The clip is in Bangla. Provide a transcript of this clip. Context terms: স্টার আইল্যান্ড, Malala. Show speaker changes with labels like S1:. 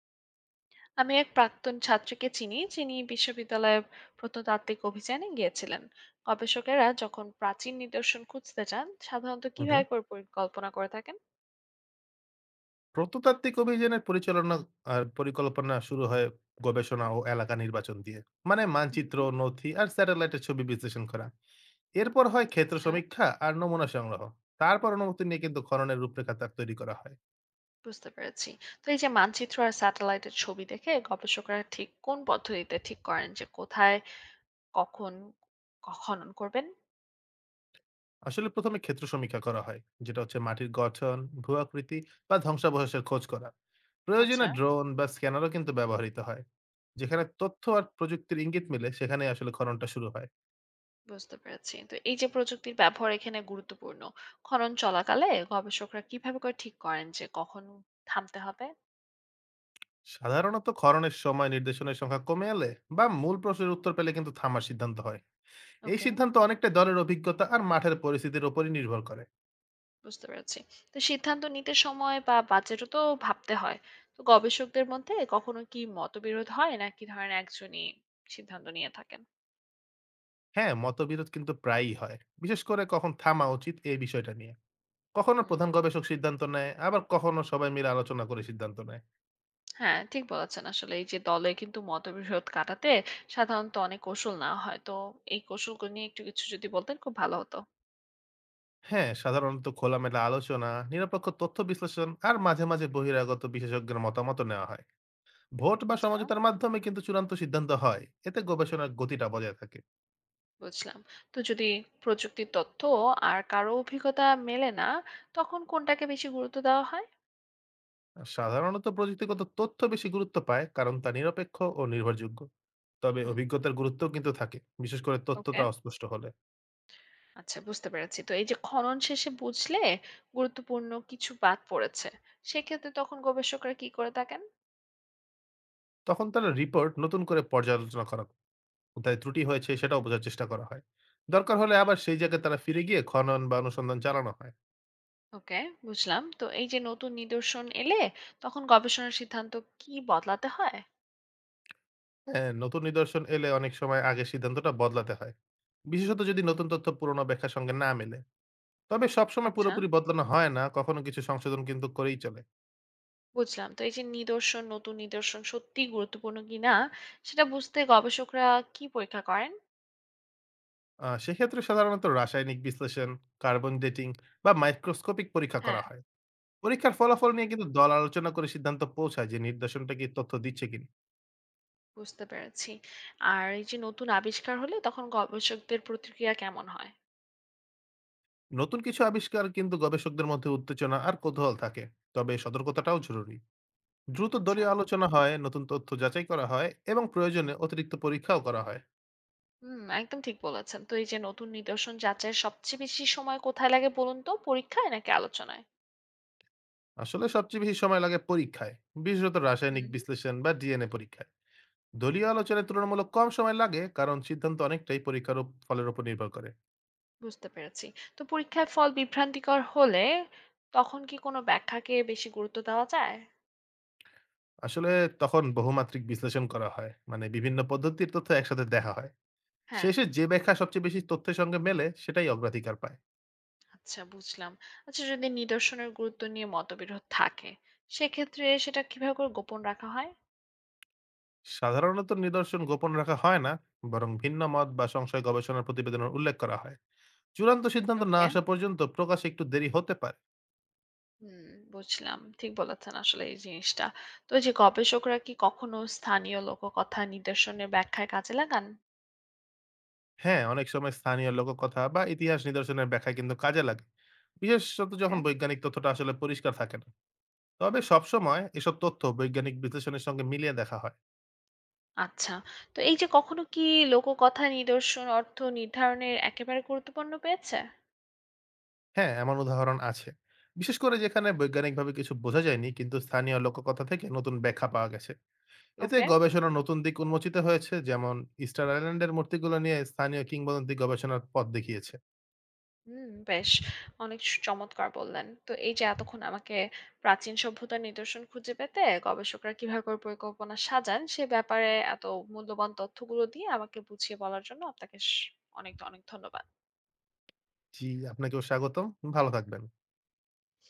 S1: আমি এক প্রাক্তন ছাত্রীকে চিনি যিনি বিশ্ববিদ্যালয়ে প্রত্নতাত্ত্বিক অভিযানে গিয়েছিলেন। গবেষকেরা যখন প্রাচীন নিদর্শন খুঁজতে যান, সাধারণত
S2: হুম, হুম।
S1: কিভাবে করে পরিকল্পনা করে থাকেন?
S2: প্রত্নতাত্ত্বিক অভিযানের পরিচালনা আর পরিকল্পনা শুরু হয় গবেষণা ও এলাকা নির্বাচন দিয়ে। মানে মানচিত্র
S1: হুম,
S2: নথি আর স্যাটেলাইটের ছবি বিশ্লেষণ করা। এরপর হয় ক্ষেত্র
S1: আচ্ছা,
S2: সমীক্ষা আর নমুনা সংগ্রহ। তারপর অনুমতি নিয়ে কিন্তু খননের রূপরেখা তৈরি করা হয়।
S1: বুঝতে পেরেছি। তো এই যে মানচিত্র আর স্যাটেলাইটের ছবি দেখে গবেষকরা ঠিক কোন পদ্ধতিতে ঠিক করেন যে কোথায়, কখন, খনন করবেন?
S2: আসলে প্রথমে ক্ষেত্র সমীক্ষা করা হয়, যেটা হচ্ছে মাটির গঠন, ভূয়াকৃতি বা ধ্বংসাবশেষের খোঁজ করা। প্রয়োজনে
S1: আচ্ছা,
S2: ড্রোন বা স্ক্যানারও কিন্তু ব্যবহৃত হয়। যেখানে তথ্য আর প্রযুক্তির ইঙ্গিত মিলে সেখানে আসলে খননটা শুরু হয়।
S1: বুঝতে পেরেছি। তো এই যে প্রযুক্তির ব্যবহার এখানে গুরুত্বপূর্ণ। খনন চলাকালে গবেষকরা কিভাবে করে ঠিক করেন যে কখন থামতে হবে?
S2: সাধারণত ক্ষরণের সময় নির্দেশনের সংখ্যা কমে এলে বা মূল প্রশ্নের উত্তর পেলে কিন্তু থামার সিদ্ধান্ত হয়। এই
S1: ওকে,
S2: সিদ্ধান্ত অনেকটা দলের অভিজ্ঞতা আর মাঠের পরিস্থিতির উপরই নির্ভর করে।
S1: বুঝতে পেরেছি। তো সিদ্ধান্ত নিতে সময় বা বাজেটও তো ভাবতে হয়। তো গবেষকদের মধ্যে কখনো কি মতবিরোধ হয়? নাকি ধরেন একজনই সিদ্ধান্ত নিয়ে থাকেন?
S2: হ্যাঁ, মতবিরোধ কিন্তু প্রায়ই হয়, বিশেষ করে কখন থামা উচিত এই বিষয়টা নিয়ে। কখনো
S1: হুম,
S2: প্রধান গবেষক সিদ্ধান্ত নেয়, আবার কখনো সবাই মিলে আলোচনা করে সিদ্ধান্ত নেয়।
S1: হ্যাঁ, ঠিক বলেছেন। আসলে এই যে দলে কিন্তু মতবিরোধ কাটাতে সাধারণত অনেক কৌশল নেওয়া হয়। তো এই কৌশলগুলো নিয়ে একটু কিছু যদি বলতেন, খুব ভালো হতো।
S2: হ্যাঁ, সাধারণত খোলামেলা আলোচনা, নিরপেক্ষ তথ্য বিশ্লেষণ আর মাঝে মাঝে বহিরাগত বিশেষজ্ঞের মতামত নেওয়া হয়। ভোট বা
S1: আচ্ছা,
S2: সমঝোতার মাধ্যমে কিন্তু চূড়ান্ত সিদ্ধান্ত হয়, এতে গবেষণার গতিটা বজায় থাকে।
S1: বুঝলাম। তো যদি প্রযুক্তির তথ্য আর কারো অভিজ্ঞতা মেলে না, তখন কোনটাকে বেশি গুরুত্ব দেওয়া হয়?
S2: সাধারণত প্রযুক্তিগত তথ্য বেশি গুরুত্ব পায় কারণ তা নিরপেক্ষ ও নির্ভরযোগ্য। তবে
S1: হুম,
S2: অভিজ্ঞতার গুরুত্বও কিন্তু থাকে, বিশেষ করে
S1: ওকে।
S2: তথ্যটা অস্পষ্ট হলে।
S1: আচ্ছা, বুঝতে পেরেছি। তো এই যে খনন শেষে বুঝলে গুরুত্বপূর্ণ কিছু বাদ পড়েছে, সেক্ষেত্রে তখন গবেষকরা কি করে থাকেন?
S2: তখন তারা রিপোর্ট নতুন করে পর্যালোচনা করা হয়। কোথায় ত্রুটি হয়েছে সেটাও বোঝার চেষ্টা করা হয়। দরকার হলে আবার সেই জায়গায় তারা ফিরে গিয়ে খনন বা অনুসন্ধান চালানো হয়।
S1: ওকে, বুঝলাম। তো এই যে নতুন নিদর্শন এলে তখন গবেষণার সিদ্ধান্ত কি বদলাতে হয়?
S2: হ্যাঁ, নতুন নিদর্শন এলে অনেক সময় আগে সিদ্ধান্তটা বদলাতে হয়, বিশেষত যদি নতুন তথ্য পুরোনো ব্যাখ্যার সঙ্গে না মেলে। তবে সবসময়
S1: আচ্ছা,
S2: পুরোপুরি বদলানো হয় না, কখনো কিছু সংশোধন কিন্তু করেই চলে।
S1: বুঝলাম। তো এই যে নতুন নিদর্শন সত্যিই গুরুত্বপূর্ণ কিনা সেটা বুঝতে গবেষকরা কি পরীক্ষা করেন?
S2: সেক্ষেত্রে সাধারণত রাসায়নিক বিশ্লেষণ, কার্বন ডেটিং বা মাইক্রোস্কোপিক পরীক্ষা করা
S1: হ্যাঁ,
S2: হয়। পরীক্ষার ফলাফল নিয়ে কিন্তু দল আলোচনা করে সিদ্ধান্ত পৌঁছায় যে নির্দেশনটা কি তথ্য দিচ্ছে কিনা।
S1: বুঝতে পেরেছি। আর এই যে নতুন আবিষ্কার হলে তখন গবেষকদের প্রতিক্রিয়া কেমন হয়?
S2: নতুন কিছু আবিষ্কার কিন্তু গবেষকদের মধ্যে উত্তেজনা আর কৌতূহল থাকে। তবে সতর্কতাটাও জরুরি। দ্রুত
S1: আচ্ছা।
S2: দলীয় আলোচনা হয়, নতুন তথ্য যাচাই করা হয় এবং প্রয়োজনে অতিরিক্ত পরীক্ষাও করা হয়।
S1: হুম, একদম ঠিক বলেছেন। তো এই যে নতুন নিদর্শন যাচাইয়ের সবচেয়ে বেশি সময় কোথায় লাগে বলুন তো? পরীক্ষায় নাকি আলোচনায়?
S2: আসলে সবচেয়ে বেশি সময় লাগে পরীক্ষায়, বিশেষত রাসায়নিক
S1: হুম।
S2: বিশ্লেষণ বা ডিএনএ পরীক্ষায়। দলীয় আলোচনায় তুলনামূলক কম সময় লাগে কারণ সিদ্ধান্ত অনেকটাই পরীক্ষার উপ ফলের উপর নির্ভর করে।
S1: বুঝতে পেরেছি। তো পরীক্ষায় ফল বিভ্রান্তিকর হলে তখন কি কোনো ব্যাখ্যাকে বেশি গুরুত্ব দেওয়া যায়?
S2: আসলে তখন বহুমাত্রিক বিশ্লেষণ করা হয়। মানে বিভিন্ন পদ্ধতির তথ্য একসাথে দেখা হয়।
S1: হ্যাঁ,
S2: শেষে যে ব্যাখ্যা সবচেয়ে বেশি তথ্যের সঙ্গে মেলে সেটাই অগ্রাধিকার পায়।
S1: আচ্ছা, বুঝলাম। আচ্ছা, যদি নিদর্শনের গুরুত্ব নিয়ে মতবিরোধ থাকে, সেক্ষেত্রে সেটা কিভাবে করে গোপন রাখা হয়?
S2: সাধারণত নিদর্শন গোপন রাখা হয় না, বরং ভিন্ন মত বা সংশয় গবেষণার প্রতিবেদনের উল্লেখ করা হয়। চূড়ান্ত সিদ্ধান্ত না
S1: ওকে।
S2: আসা পর্যন্ত প্রকাশ একটু দেরি হতে পারে।
S1: হুম, বুঝলাম। ঠিক বলেছেন আসলে এই জিনিসটা। তো এই যে গবেষকরা কি কখনো স্থানীয় লোককথা নিদর্শনের ব্যাখ্যায় কাজে লাগান?
S2: হ্যাঁ, অনেক সময় স্থানীয় লোককথা বা ইতিহাস নিদর্শনের ব্যাখ্যা কিন্তু কাজে লাগে, বিশেষত
S1: ওকে।
S2: যখন বৈজ্ঞানিক তথ্যটা আসলে পরিষ্কার থাকে না। তবে সবসময় এসব তথ্য বৈজ্ঞানিক বিশ্লেষণের সঙ্গে মিলিয়ে দেখা হয়।
S1: আচ্ছা। তো এই যে কখনো কি লোককথা নিদর্শন অর্থ নির্ধারণের একেবারে গুরুত্বপূর্ণ পেয়েছে?
S2: হ্যাঁ, এমন উদাহরণ আছে। বিশেষ করে যেখানে বৈজ্ঞানিকভাবে কিছু বোঝা যায়নি কিন্তু স্থানীয় লোককথা থেকে নতুন ব্যাখ্যা পাওয়া গেছে। এতে
S1: ওকে।
S2: গবেষণার নতুন দিক উন্মোচিত হয়েছে, যেমন স্টার আইল্যান্ডের মূর্তিগুলো নিয়ে স্থানীয় কিংবদন্তি গবেষণার পথ দেখিয়েছে।
S1: হুম, বেশ। অনেক স চমৎকার বললেন। তো এই যে এতক্ষণ আমাকে প্রাচীন সভ্যতার নিদর্শন খুঁজে পেতে গবেষকরা কিভাবে করে পরিকল্পনা সাজান সে ব্যাপারে এত মূল্যবান তথ্যগুলো দিয়ে আমাকে বুঝিয়ে বলার জন্য আপনাকে স অনেক ধন্যবাদ।
S2: জি, আপনাকেও স্বাগতম। ভালো থাকবেন।